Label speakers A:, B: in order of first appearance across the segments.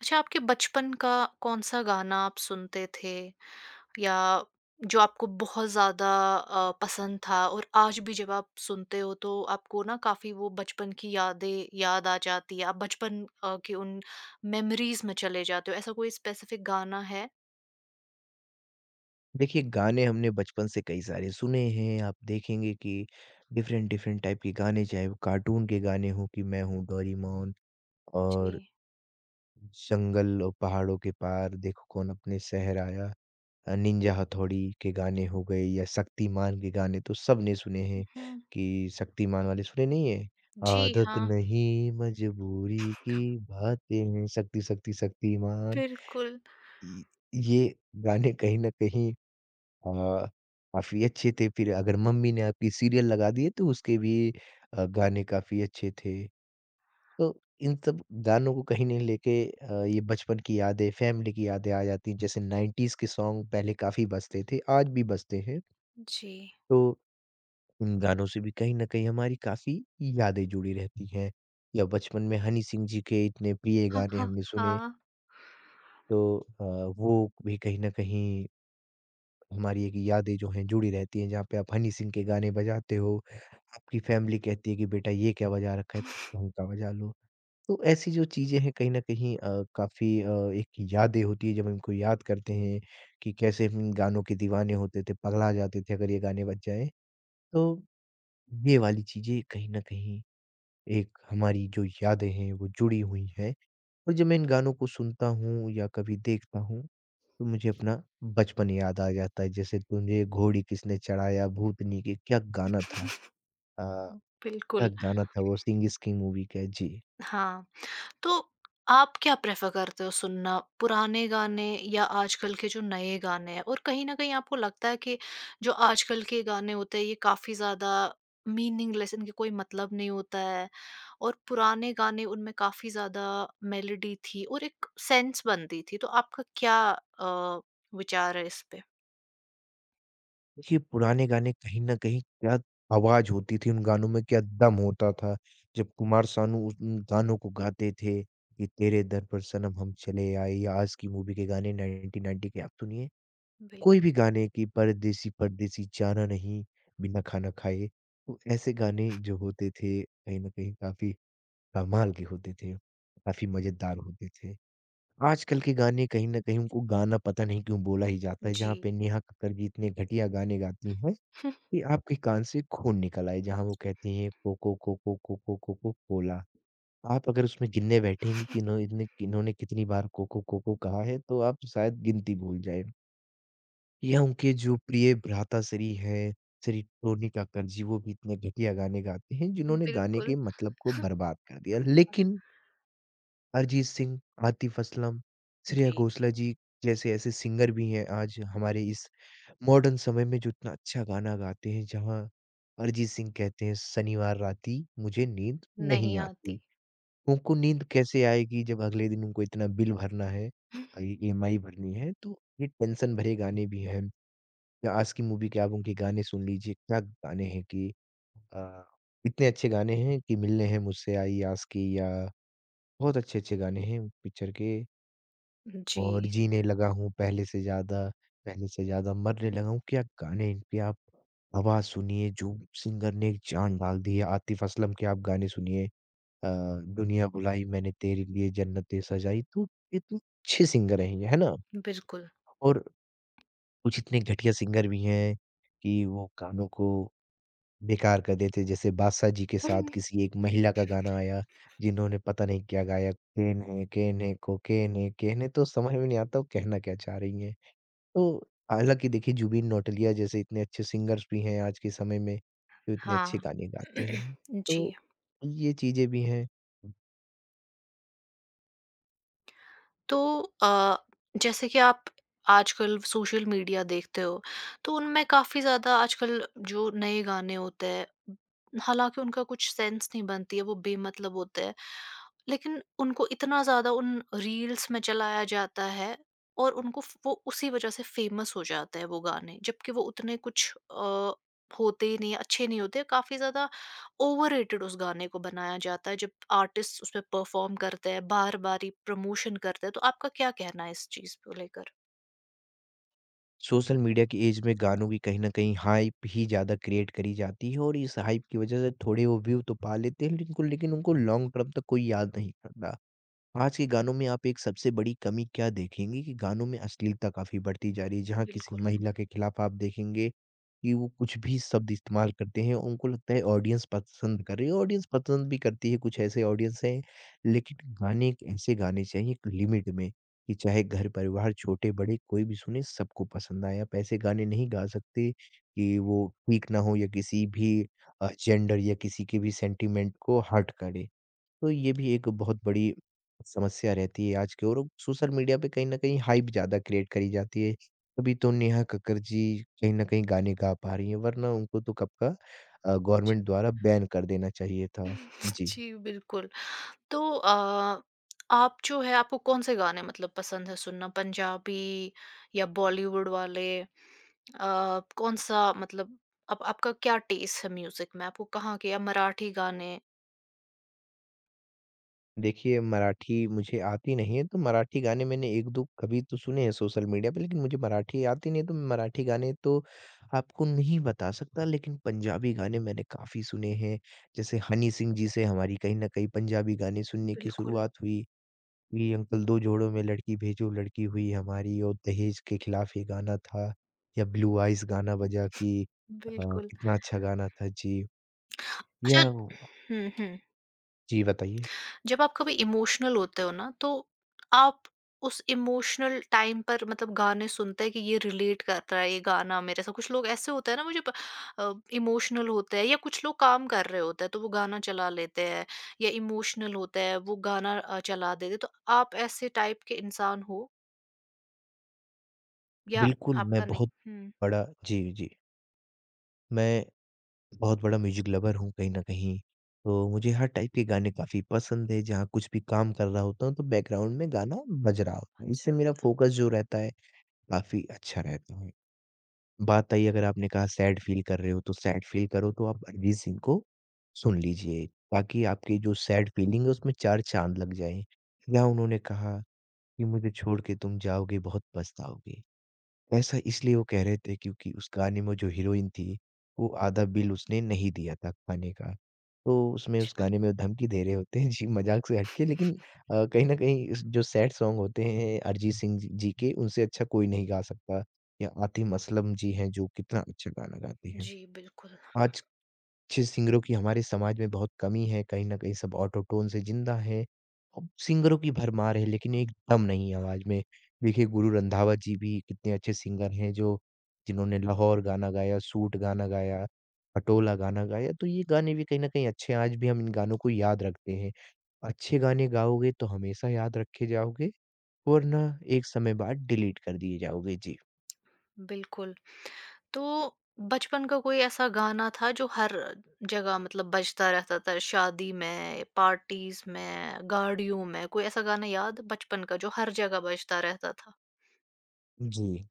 A: अच्छा, आपके बचपन का कौन-सा गाना आप सुनते थे? या जो आपको बहुत ज़्यादा पसंद था और आज भी जब आप सुनते हो तो आपको ना काफ़ी वो बचपन की यादें याद आ जाती है, आप बचपन के उन मेमोरीज़ में चले जाते हो, ऐसा कोई स्पेसिफ़िक गाना है?
B: देखिए, गाने हमने बचपन से कई सारे सुने हैं। आप देखेंगे कि डिफ़रेंट डिफ़रेंट टाइप के गाने, चाहे वो कार्टून के गाने हों कि मैं हूँ डोरेमोन
A: जी।
B: और जंगल और पहाड़ों के पार, देखो कौन अपने शहर आया। निंजा हथौड़ी के गाने हो गए या शक्तिमान के गाने तो सबने सुने हैं
A: हुँ।
B: कि शक्तिमान वाले सुने नहीं है?
A: जी,
B: आदत
A: हाँ,
B: नहीं मजबूरी की बातें हैं, शक्ति, शक्ति, शक्तिमान।
A: बिल्कुल।
B: इ ये गाने कहीं न कहीं हाँ, काफ़ी अच्छे थे फिर अगर मम्मी ने आपकी सीरियल लगा दिए तो उसके भी गाने काफ़ी अच्छे थे। तो इन सब गानों को कहीं नहीं लेके ये बचपन की यादें, फैमिली की यादें आ जाती हैं। जैसे 90s के सॉन्ग पहले काफ़ी बजते थे, आज भी बजते हैं।
A: जी।
B: तो इन गानों से भी कहीं न कहीं हमारी काफ़ी यादें जुड़ी रहती हैं। या बचपन में हनी सिंह जी के इतने प्रिय
A: हाँ,
B: गाने
A: हाँ,
B: हमने सुने
A: हाँ,
B: तो वो भी कहीं न कहीं हमारी एक यादें जो हैं जुड़ी रहती हैं, जहाँ पे आप हनी सिंह के गाने बजाते हो, आपकी फ़ैमिली कहती है कि बेटा ये क्या बजा रखा है, कुछ ढंग का बजा लो। तो ऐसी जो चीज़ें हैं कहीं न कहीं काफ़ी एक यादें होती है जब हम इनको याद करते हैं, कि कैसे हम इन गानों के दीवाने होते थे, पगला जाते थे अगर ये गाने बज जाएँ। तो ये वाली चीज़ें कहीं न कहीं एक हमारी जो यादें हैं वो जुड़ी हुई हैं और जब मैं इन गानों को सुनता हूँ या कभी देखता हूँ तो मुझे अपना बचपन याद आ जाता है। जैसे तुझे घोड़ी किसने चढ़ाया भूतनी के क्या गाना था अ, क्या
A: बिल्कुल,
B: गाना था वो सिंह इस की मूवी का है। जी।
A: हाँ। तो आप क्या प्रेफ़र करते हो सुनना? पुराने गाने या आजकल के जो नए गाने हैं? और कहीं न कहीं आपको लगता है कि जो आजकल के गाने होते हैं ये काफ़ी ज़्यादा मीनिंगलेस इनके कोई मतलब नहीं होता है और पुराने गाने उनमें काफ़ी ज़्यादा मेलोडी थी और एक सेंस बनती थी। तो आपका क्या अ, विचार है इस पे?
B: देखिए पुराने गाने कहीं न कहीं क्या आवाज़ होती थी उन गानों में, क्या दम होता था। जब कुमार सानू उस उन गानों को गाते थे कि तेरे दर पर सनम हम चले आए या आज की मूवी के गाने 1990 के आप सुनिए, कोई
A: बिल्कुल,
B: भी गाने की परदेसी परदेसी जाना नहीं, बिना खाना खाए। तो ऐसे गाने जो होते थे कहीं न कहीं काफ़ी कमाल के होते थे, काफ़ी मज़ेदार होते थे। आजकल के गाने कहीं न कहीं उनको गाना पता नहीं क्यों बोला ही जाता है,
A: जी।
B: जहाँ पे नेहा कक्कड़ जी इतने घटिया गाने गाती हैं कि आपके कान से खून निकल आए, जहाँ वो कहती हैं coco coco coco coco cola. आप अगर उसमें गिनने बैठेंगी कि इन्होंने कितनी बार कोको कोको कहा है, तो आप शायद गिनती भूल जाएँ। या उनके जो प्रिय भ्राताश्री हैं, श्री टोनी कक्कड़ जी, वो भी इतने घटिया गाने गाते हैं, जिन्होंने गाने के
A: बिल्कुल,
B: मतलब को बर्बाद कर दिया। लेकिन अरिजीत सिंह, आतिफ असलम, श्रेया
A: जी।
B: घोषाल जी जैसे ऐसे सिंगर भी हैं आज हमारे इस मॉडर्न समय में जो इतना अच्छा गाना गाते हैं, जहाँ अरिजीत सिंह कहते हैं शनिवार राती मुझे नींद नहीं
A: नहीं आती।
B: आती। उनको नींद कैसे आएगी जब अगले दिन उनको इतना बिल भरना है, ईएमआई भरनी है तो ये टेंशन भरे गाने भी हैं। या आज की मूवी के आप उनके गाने सुन लीजिए, क्या गाने हैं कि अ, इतने अच्छे गाने हैं कि मिलने हैं मुझसे आई आस की या बहुत अच्छे-अच्छे गाने हैं पिक्चर के। और
A: जी,
B: जीने लगा हूँ पहले से ज़्यादा मरने लगा हूँ। क्या गाने हैं इनके आप आवाज़ सुनिए, जो सिंगर ने एक जान डाल दी है। आतिफ़ असलम के आप गाने सुनिए अ, दुनिया बुलाई मैंने तेरे लिए जन्नतें सजाई। तो इतने अच्छे सिंगर हैं ये, है ना?
A: बिल्कुल।
B: और कुछ इतने घटिया सिंगर भी हैं कि वो गानों को बेकार कर देते हैं। जैसे बादशाह जी के साथ किसी एक महिला का गाना आया, जिन्होंने पता नहीं क्या गाया, केन है, कोकेन है, केन है। तो समझ में नहीं आता वो कहना क्या चाह रही हैं। तो हालाँकि देखिए जुबिन नौटियाल जैसे इतने अच्छे सिंगर्स भी हैं आज के समय में, जो इतने अच्छे
A: हाँ,
B: गाने गाते हैं। तो
A: जी।
B: ये चीज़ें भी हैं।
A: तो अ, जैसे कि आप आजकल सोशल मीडिया देखते हो तो उनमें काफ़ी ज़्यादा आजकल जो नए गाने होते हैं, हालांकि उनका कुछ सेंस नहीं बनती है, वो बेमतलब होते हैं, लेकिन उनको इतना ज़्यादा उन रील्स में चलाया जाता है और उनको वो उसी वजह से फेमस हो जाते हैं वो गाने, जबकि वो उतने कुछ होते ही नहीं, अच्छे नहीं होते। काफ़ी ज़्यादा ओवररेटेड उस गाने को बनाया जाता है, जब आर्टिस्ट उसपे परफ़ॉर्म करते हैं, बार-बार ही प्रमोशन करते हैं, तो आपका क्या कहना है इस चीज़ को लेकर?
B: सोशल मीडिया की ऐज में गानों की कहीं न कहीं हाइप ही ज़्यादा क्रिएट करी जाती है और इस हाइप की वज़ह से थोड़े वो व्यू तो पा लेते हैं लेकिन उनको लॉन्ग टर्म तक कोई याद नहीं करता। आज के गानों में आप एक सबसे बड़ी कमी क्या देखेंगे कि गानों में अश्लीलता काफ़ी बढ़ती जा रही है, जहाँ किसी
A: बिल्कुल।
B: महिला के खिलाफ आप देखेंगे कि वो कुछ भी शब्द इस्तेमाल करते हैं, उनको लगता है ऑडियंस पसंद कर रही है, ऑडियंस पसंद भी करती है, कुछ ऐसे ऑडियंस हैं, लेकिन गाने एक ऐसे गाने चाहिए एक लिमिट में कि चाहे घर परिवार छोटे-बड़े कोई भी सुने सबको पसंद आए। आप ऐसे गाने नहीं गा सकते कि वो ठीक ना हो या किसी भी जेंडर या किसी के भी सेंटिमेंट को हर्ट करे। तो ये भी एक बहुत बड़ी समस्या रहती है आज के और सोशल मीडिया पे कहीं न कहीं हाइप ज़्यादा क्रिएट करी जाती है। तभी तो नेहा कक्कड़ जी कहीं न कहीं गाने गा पा रही हैं वरना उनको तो कब का
A: जी।
B: गवर्नमेंट द्वारा बैन कर देना चाहिए था। जी।
A: जी, बिल्कुल। तो आप जो है आपको कौन-से गाने मतलब पसंद है सुनना? पंजाबी या बॉलीवुड वाले? कौन-सा मतलब आप आपका क्या टेस्ट है म्यूज़िक में? आपको कहाँ के या मराठी गाने?
B: देखिए, मराठी मुझे आती नहीं है, तो मराठी गाने मैंने 1-2 कभी तो सुने हैं सोशल मीडिया पे, लेकिन मुझे मराठी आती नहीं है, तो मैं मराठी गाने तो आपको नहीं बता सकता। लेकिन पंजाबी गाने मैंने काफ़ी सुने हैं, जैसे हनी सिंह जी से हमारी कहीं न कहीं पंजाबी गाने सुनने की
A: बिल्कुल,
B: शुरुआत हुई। ये अंकल दो जोड़ों में लड़की भेजो लड़की हुई हमारी और दहेज के खिलाफ ये गाना था, या ब्लू आइज़ गाना बजा कि अ,
A: बिल्कुल।
B: कितना अच्छा गाना था। जी, या
A: अच्छा, हुँ, हुँ।
B: जी बताइए?
A: जब आप कभी इमोशनल होते हो ना, तो आप उस इमोशनल टाइम पर मतलब गाने सुनते हैं कि ये रिलेट करता है ये गाना मेरे साथ, कुछ लोग ऐसे होते हैं ना, मुझे इमोशनल होते हैं या कुछ लोग काम कर रहे होते हैं तो वो गाना चला लेते हैं या इमोशनल होते हैं वो गाना चला देते हैं। तो आप ऐसे टाइप के इंसान हो या
B: बिल्कुल, मैं
A: आपका नहीं?
B: बहुत
A: हम्म,
B: बड़ा जी, जी। मैं बहुत बड़ा म्यूज़िक लवर हूँ कहीं न कहीं, तो मुझे हर टाइप के गाने काफ़ी पसंद हैं। जहाँ कुछ भी काम कर रहा होता हूँ, तो बैकग्राउंड में गाना बज रहा होता है।
A: अच्छा,
B: इससे मेरा फोकस जो रहता है, काफ़ी अच्छा रहता है। बात आई अगर आपने कहा सैड फ़ील कर रहे हो, तो सैड फ़ील करो तो आप अरिजीत सिंह को सुन लीजिए, ताकि आपकी जो सैड फ़ीलिंग है, उसमें चार चाँद लग जाएँ। या उन्होंने कहा कि मुझे छोड़ के तुम जाओगे बहुत पछताओगे। ऐसा इसलिए वो कह रहे थे क्योंकि उस गाने में जो हीरोइन थी, वो आधा बिल उसने नहीं दिया था खाने का। तो उसमें उस
A: अच्छा,
B: गाने में वो धमकी दे रहे होते हैं जी मज़ाक से हट के लेकिन कहीं न कहीं इस जो सैड सॉन्ग होते हैं अरिजीत सिंह जी जी के उनसे अच्छा कोई नहीं गा सकता या आतिम असलम जी हैं जो कितना अच्छा गाना गाती हैं।
A: जी, बिल्कुल,
B: आज अच्छे सिंगरों की हमारे समाज में बहुत कमी है, कहीं न कहीं सब ऑटो-टोन से ज़िंदा हैं। अब सिंगरों की भरमार है लेकिन एक दम नहीं है आवाज़ में। देखिए गुरु रंधावा जी भी कितने अच्छे सिंगर हैं जो जिन्होंने लाहौर गाना गाया, सूट गाना गाया, पटोला गाना गाया, तो ये गाने भी कहीं न कहीं अच्छे हैं, आज भी हम इन गानों को याद रखते हैं। अच्छे गाने गाओगे तो हमेशा याद रखे जाओगे, वरना एक समय बाद डिलीट कर दिए जाओगे। जी।
A: बिल्कुल। तो बचपन का कोई ऐसा गाना था जो हर जगह मतलब बजता रहता था, शादी में, पार्टीज में, गाड़ियों में? कोई ऐसा गाना याद बचपन का जो हर जगह बजता रहता था?
B: जी।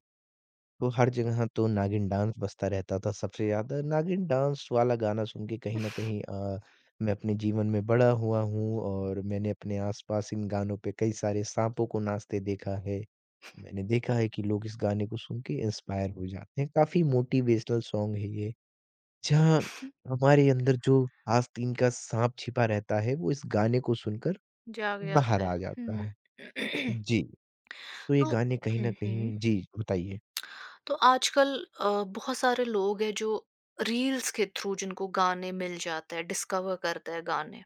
B: तो हर जगह तो नागिन डांस बजता रहता था सबसे ज़्यादा। नागिन डांस वाला गाना सुन के कहीं न कहीं मैं अपने जीवन में बड़ा हुआ हूँ और मैंने अपने आस-पास इन गानों पे कई सारे साँपों को नाचते देखा है। मैंने देखा है कि लोग इस गाने को सुन के इंस्पायर हो जाते हैं। काफ़ी मोटिवेशनल सॉन्ग है ये, जहाँ हमारे अंदर जो आस्तीन का साँप छिपा रहता है, वो इस गाने को सुनकर
A: जाग
B: बाहर
A: जाता है।
B: आ जाता
A: हुँ।
B: है। जी, तो ये
A: तो
B: गाने कहीं
A: हुँ,
B: न
A: हुँ।
B: कहीं जी, बताइए?
A: तो आजकल बहुत सारे लोग हैं जो रील्स के थ्रू जिनको गाने मिल जाते हैं, डिस्कवर करते हैं गाने।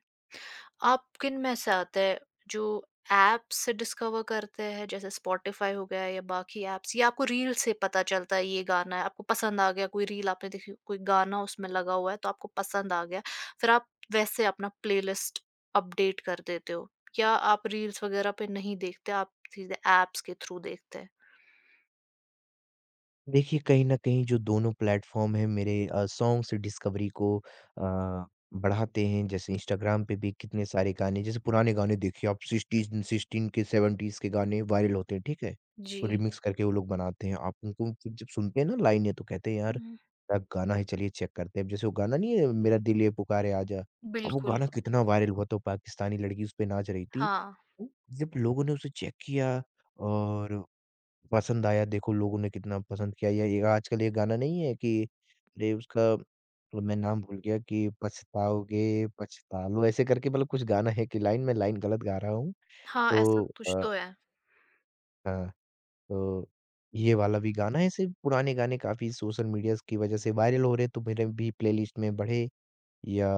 A: आप किन में से आते हैं? जो ऐप्स डिस्कवर करते हैं, जैसे स्पॉटिफाई हो गया या बाकी ऐप्स, या आपको रील से पता चलता है ये गाना है, आपको पसंद आ गया, कोई रील आपने देखी, कोई गाना उसमें लगा हुआ है, तो आपको पसंद आ गया, फिर आप वैसे अपना प्लेलिस्ट अपडेट कर देते हो, या आप रील्स वगैरह पे नहीं देखते, आप सीधे ऐप्स के थ्रू देखते हैं?
B: देखिए, कहीं न कहीं जो दोनों प्लेटफ़ॉर्म हैं मेरे सॉन्ग से डिस्कवरी को अ, बढ़ाते हैं। जैसे इंस्टाग्राम पे भी कितने सारे गाने जैसे पुराने गाने देखिए आप 60s 16 के 70s के गाने वायरल होते हैं, ठीक है?
A: जी,
B: तो रिमिक्स करके वो लोग बनाते हैं। आप उनको फिर जब सुनते हैं ना लाइनें, तो कहते हैं यार,
A: हम्म,
B: क्या गाना है, चलिए चेक करते हैं। अब जैसे वो गाना नहीं है, मेरा दिल ये पुकारे आजा। अब वो
A: बिल्कुल।
B: गाना कितना वायरल हुआ, तो पाकिस्तानी लड़की उस पे नाच रही थी।
A: हाँ।
B: तो जब लोगों ने उसे चेक किया और पसंद आया, देखो लोगों ने कितना पसंद किया। ये आजकल ये गाना नहीं है कि अरे, उसका मतलब मैं नाम भूल गया, कि पछताओगे, पछता लो ऐसे करके, मतलब कुछ गाना है कि लाइन मैं लाइन गलत गा रहा हूँ।
A: हाँ, ऐसा
B: तो
A: कुछ
B: अ,
A: तो है।
B: हाँ, तो ये वाला भी गाना है। ऐसे पुराने गाने काफ़ी सोशल मीडियाज़ की वज़ह से वायरल हो रहे हैं, तो मेरे भी प्लेलिस्ट में बढ़े। या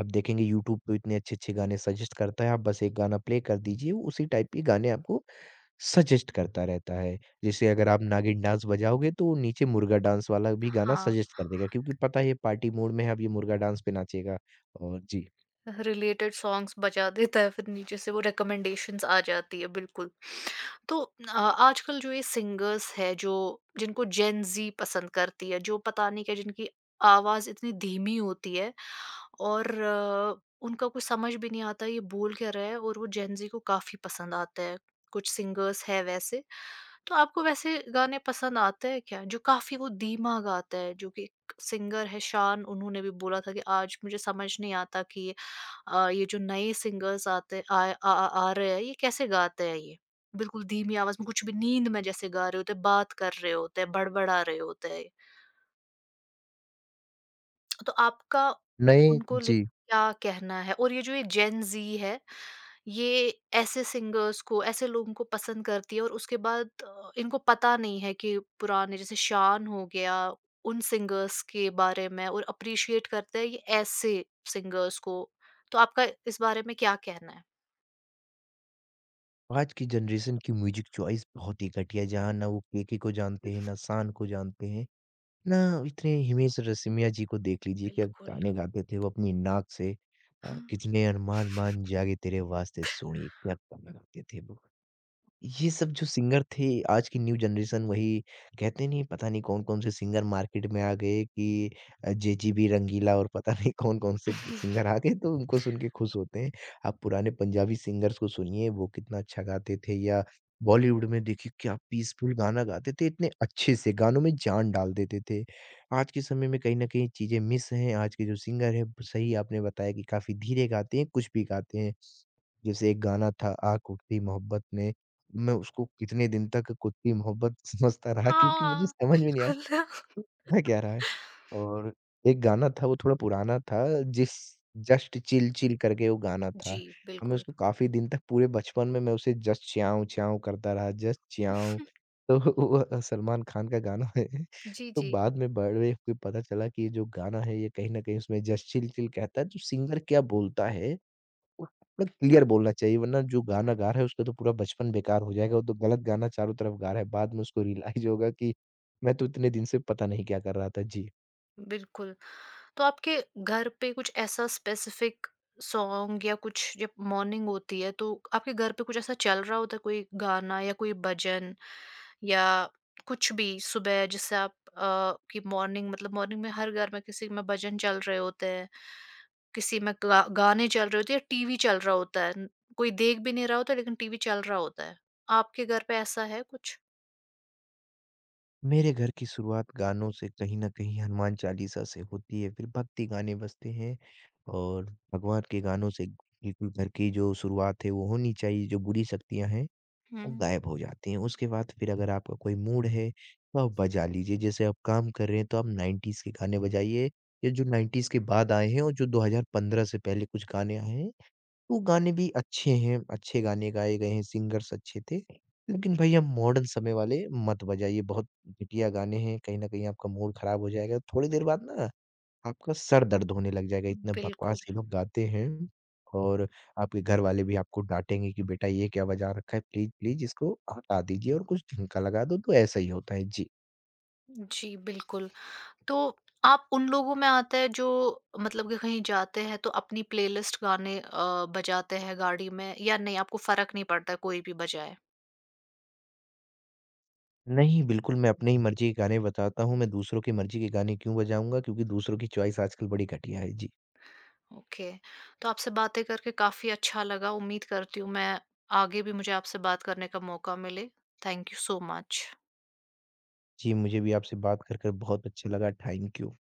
B: आप देखेंगे, यूट्यूब पे इतने अच्छे-अच्छे गाने सजेस्ट करता है। आप बस एक गाना प्ले कर दीजिए, उसी टाइप के गाने आपको सजेस्ट करता रहता है। जैसे अगर आप नागिन डांस बजाओगे, तो वो नीचे मुर्गा डांस वाला भी गाना
A: हाँ।
B: सजेस्ट कर देगा, क्योंकि पता है ये पार्टी मूड में है, अब ये मुर्गा डांस पे नाचेगा। और जी,
A: रिलेटेड सॉन्ग्स बजा देता है फिर नीचे से वो रिकमेंडेशंस आ जाती है, बिल्कुल। तो अ, आजकल जो ये सिंगर्स है, जो जिनको जेन जी पसंद करती है, जो पता नहीं क्या, जिनकी आवाज़ इतनी धीमी होती है और उनका कुछ समझ भी नहीं आता ये बोल क्या रहे हैं, और वो जेन जी को काफ़ी पसंद आता है। कुछ सिंगर्स है वैसे। तो आपको वैसे गाने पसंद आते हैं क्या? जो काफ़ी वो धीमा गाता है, जो कि एक सिंगर है शान, उन्होंने भी बोला था कि आज मुझे समझ नहीं आता कि ये जो नए सिंगर्स आते आ, आ, आ आ रहे हैं ये कैसे गाते हैं ये? बिल्कुल धीमी आवाज़ में कुछ भी नींद में जैसे गा रहे होते हैं, बात कर रहे होते हैं, बड़बड़ा रहे होते हैं। तो आपका
B: नए
A: उनको ले
B: जी,
A: क्या कहना है? और ये जो ये जेन ज़ी है, ये ऐसे सिंगर्स को, ऐसे लोगों को पसंद करती है और उसके बाद इनको पता नहीं है कि पुराने जैसे शान हो गया, उन सिंगर्स के बारे में, और एप्रिशिएट करते हैं ये ऐसे सिंगर्स को। तो आपका इस बारे में क्या कहना है?
B: आज की जनरेशन की म्यूज़िक चॉइस बहुत ही घटिया है, जहाँ ना वो केके को जानते हैं, ना शान को जानते हैं, ना इतने हिमेश रेशमिया जी को। देख लीजिए क्या
A: बिल्कुल।
B: गाने गाते थे वो अपनी नाक से। कितने अरमान मान जागे तेरे वास्ते सोणिए, क्या गाना गाते थे वो। ये सब जो सिंगर थे, आज की न्यू जनरेशन वही कहते, नहीं पता नहीं कौन-कौन से सिंगर मार्केट में आ गए कि जेजीबी, रंगीला और पता नहीं कौन-कौन से ग सिंगर आ गए, तो उनको सुन के खुश होते हैं। आप पुराने पंजाबी सिंगर्स को सुनिए, वो कितना अच्छा गाते थे। या बॉलीवुड में देखिए, क्या पीसफुल गाना गाते थे, इतने अच्छे से गानों में जान डाल देते थे। आज के समय में कहीं न कहीं चीज़ें मिस हैं, आज के जो सिंगर हैं, सही आपने बताया कि काफ़ी धीरे गाते हैं, कुछ भी गाते हैं। जैसे एक गाना था, आ कुटती मोहब्बत में। मैं उसको कितने दिन तक कुटती मोहब्बत समझता रहा, क्योंकि मुझे
A: हाँ,
B: समझ में नहीं आया
A: बिल्कुल।
B: कि कह क्या रहा है। और एक गाना था, वो थोड़ा पुराना था, जिस जस्ट चिल चिल करके वो गाना था।
A: जी,
B: और मैं
A: बिल्कुल।
B: उसको काफ़ी दिन तक, पूरे बचपन में मैं उसे जस्ट च्याऊँ च्याऊँ करता रहा, जस्ट च्याऊँ। तो वो सलमान खान का गाना है।
A: जी,
B: तो
A: जी।
B: बाद में बड़े होके पता चला कि ये जो गाना है, ये कहीं न कहीं उसमें जस्ट चिल चिल कहता है, तो सिंगर क्या बोलता है, और पूरा क्लियर बोलना चाहिए, वरना जो गाना गा रहा है उसका तो पूरा बचपन बेकार हो जाएगा, वो तो गलत गाना चारों तरफ गा रहा है। बाद में उसको रियलाइज़ होगा कि मैं तो इतने दिन से पता नहीं क्या कर रहा था। जी।
A: बिल्कुल। तो आपके घर पे कुछ ऐसा स्पेसिफिक सॉन्ग या कुछ, जब मॉर्निंग होती है तो आपके घर पे कुछ ऐसा चल रहा होता है, कोई गाना या कोई भजन या कुछ भी सुबह, जिससे आप की मॉर्निंग मतलब मॉर्निंग में हर घर में किसी में भजन चल रहे होते हैं, किसी में गा गाने चल रहे होते हैं या टीवी चल रहा होता है। न कोई देख भी नहीं रहा होता लेकिन टीवी चल रहा होता है। आपके घर पे ऐसा है कुछ?
B: मेरे घर की शुरुआत गानों से, कहीं न कहीं हनुमान चालीसा से होती है, फिर भक्ति गाने बजते हैं और भगवान के गानों से बिल्कुल घर की जो शुरुआत है वो होनी चाहिए, जो बुरी शक्तियाँ हैं वो
A: हुँ।
B: गायब हो जाती हैं। उसके बाद फिर अगर आपका कोई मूड है, तो आप बजा लीजिए। जैसे आप काम कर रहे हैं, तो आप 90s के गाने बजाइए, या जो 90s के बाद आए हैं और जो 2015 से पहले कुछ गाने आए हैं, वो गाने भी अच्छे हैं, अच्छे गाने गाए गए हैं, सिंगर्स अच्छे थे। लेकिन भई आप मॉडर्न समय वाले मत बजाइए, बहुत घटिया गाने हैं, कहीं न कहीं आपका मूड खराब हो जाएगा। थोड़ी देर बाद ना आपका सर दर्द होने लग जाएगा, इतना
A: बिल्कुल।
B: बकवास ये लोग गाते हैं। और आपके घरवाले भी आपको डाँटेंगे कि बेटा ये क्या बजा रखा है, प्लीज़, प्लीज़ इसको हटा दीजिए और कुछ ढंग का लगा दो, तो ऐसा ही होता है। जी।
A: जी, बिल्कुल। तो आप उन लोगों में आते हैं जो मतलब कि कहीं जाते हैं तो अपनी प्लेलिस्ट गाने बजाते हैं गाड़ी में, या नहीं आपको फर्क नहीं पड़ता कोई भी बजाए?
B: नहीं, बिल्कुल मैं अपनी ही मर्ज़ी के गाने बताता हूँ, मैं दूसरों की मर्ज़ी के गाने क्यों बजाऊँगा, क्योंकि दूसरों की चॉइस आजकल बड़ी घटिया है। जी।
A: ओके, तो आपसे बातें करके काफी अच्छा लगा, उम्मीद करती हूँ मैं आगे भी मुझे आपसे बात करने का मौका मिले। Thank you so much.
B: जी, मुझे भी आपसे बात कर बहुत अच्छा लगा, थैंक यू।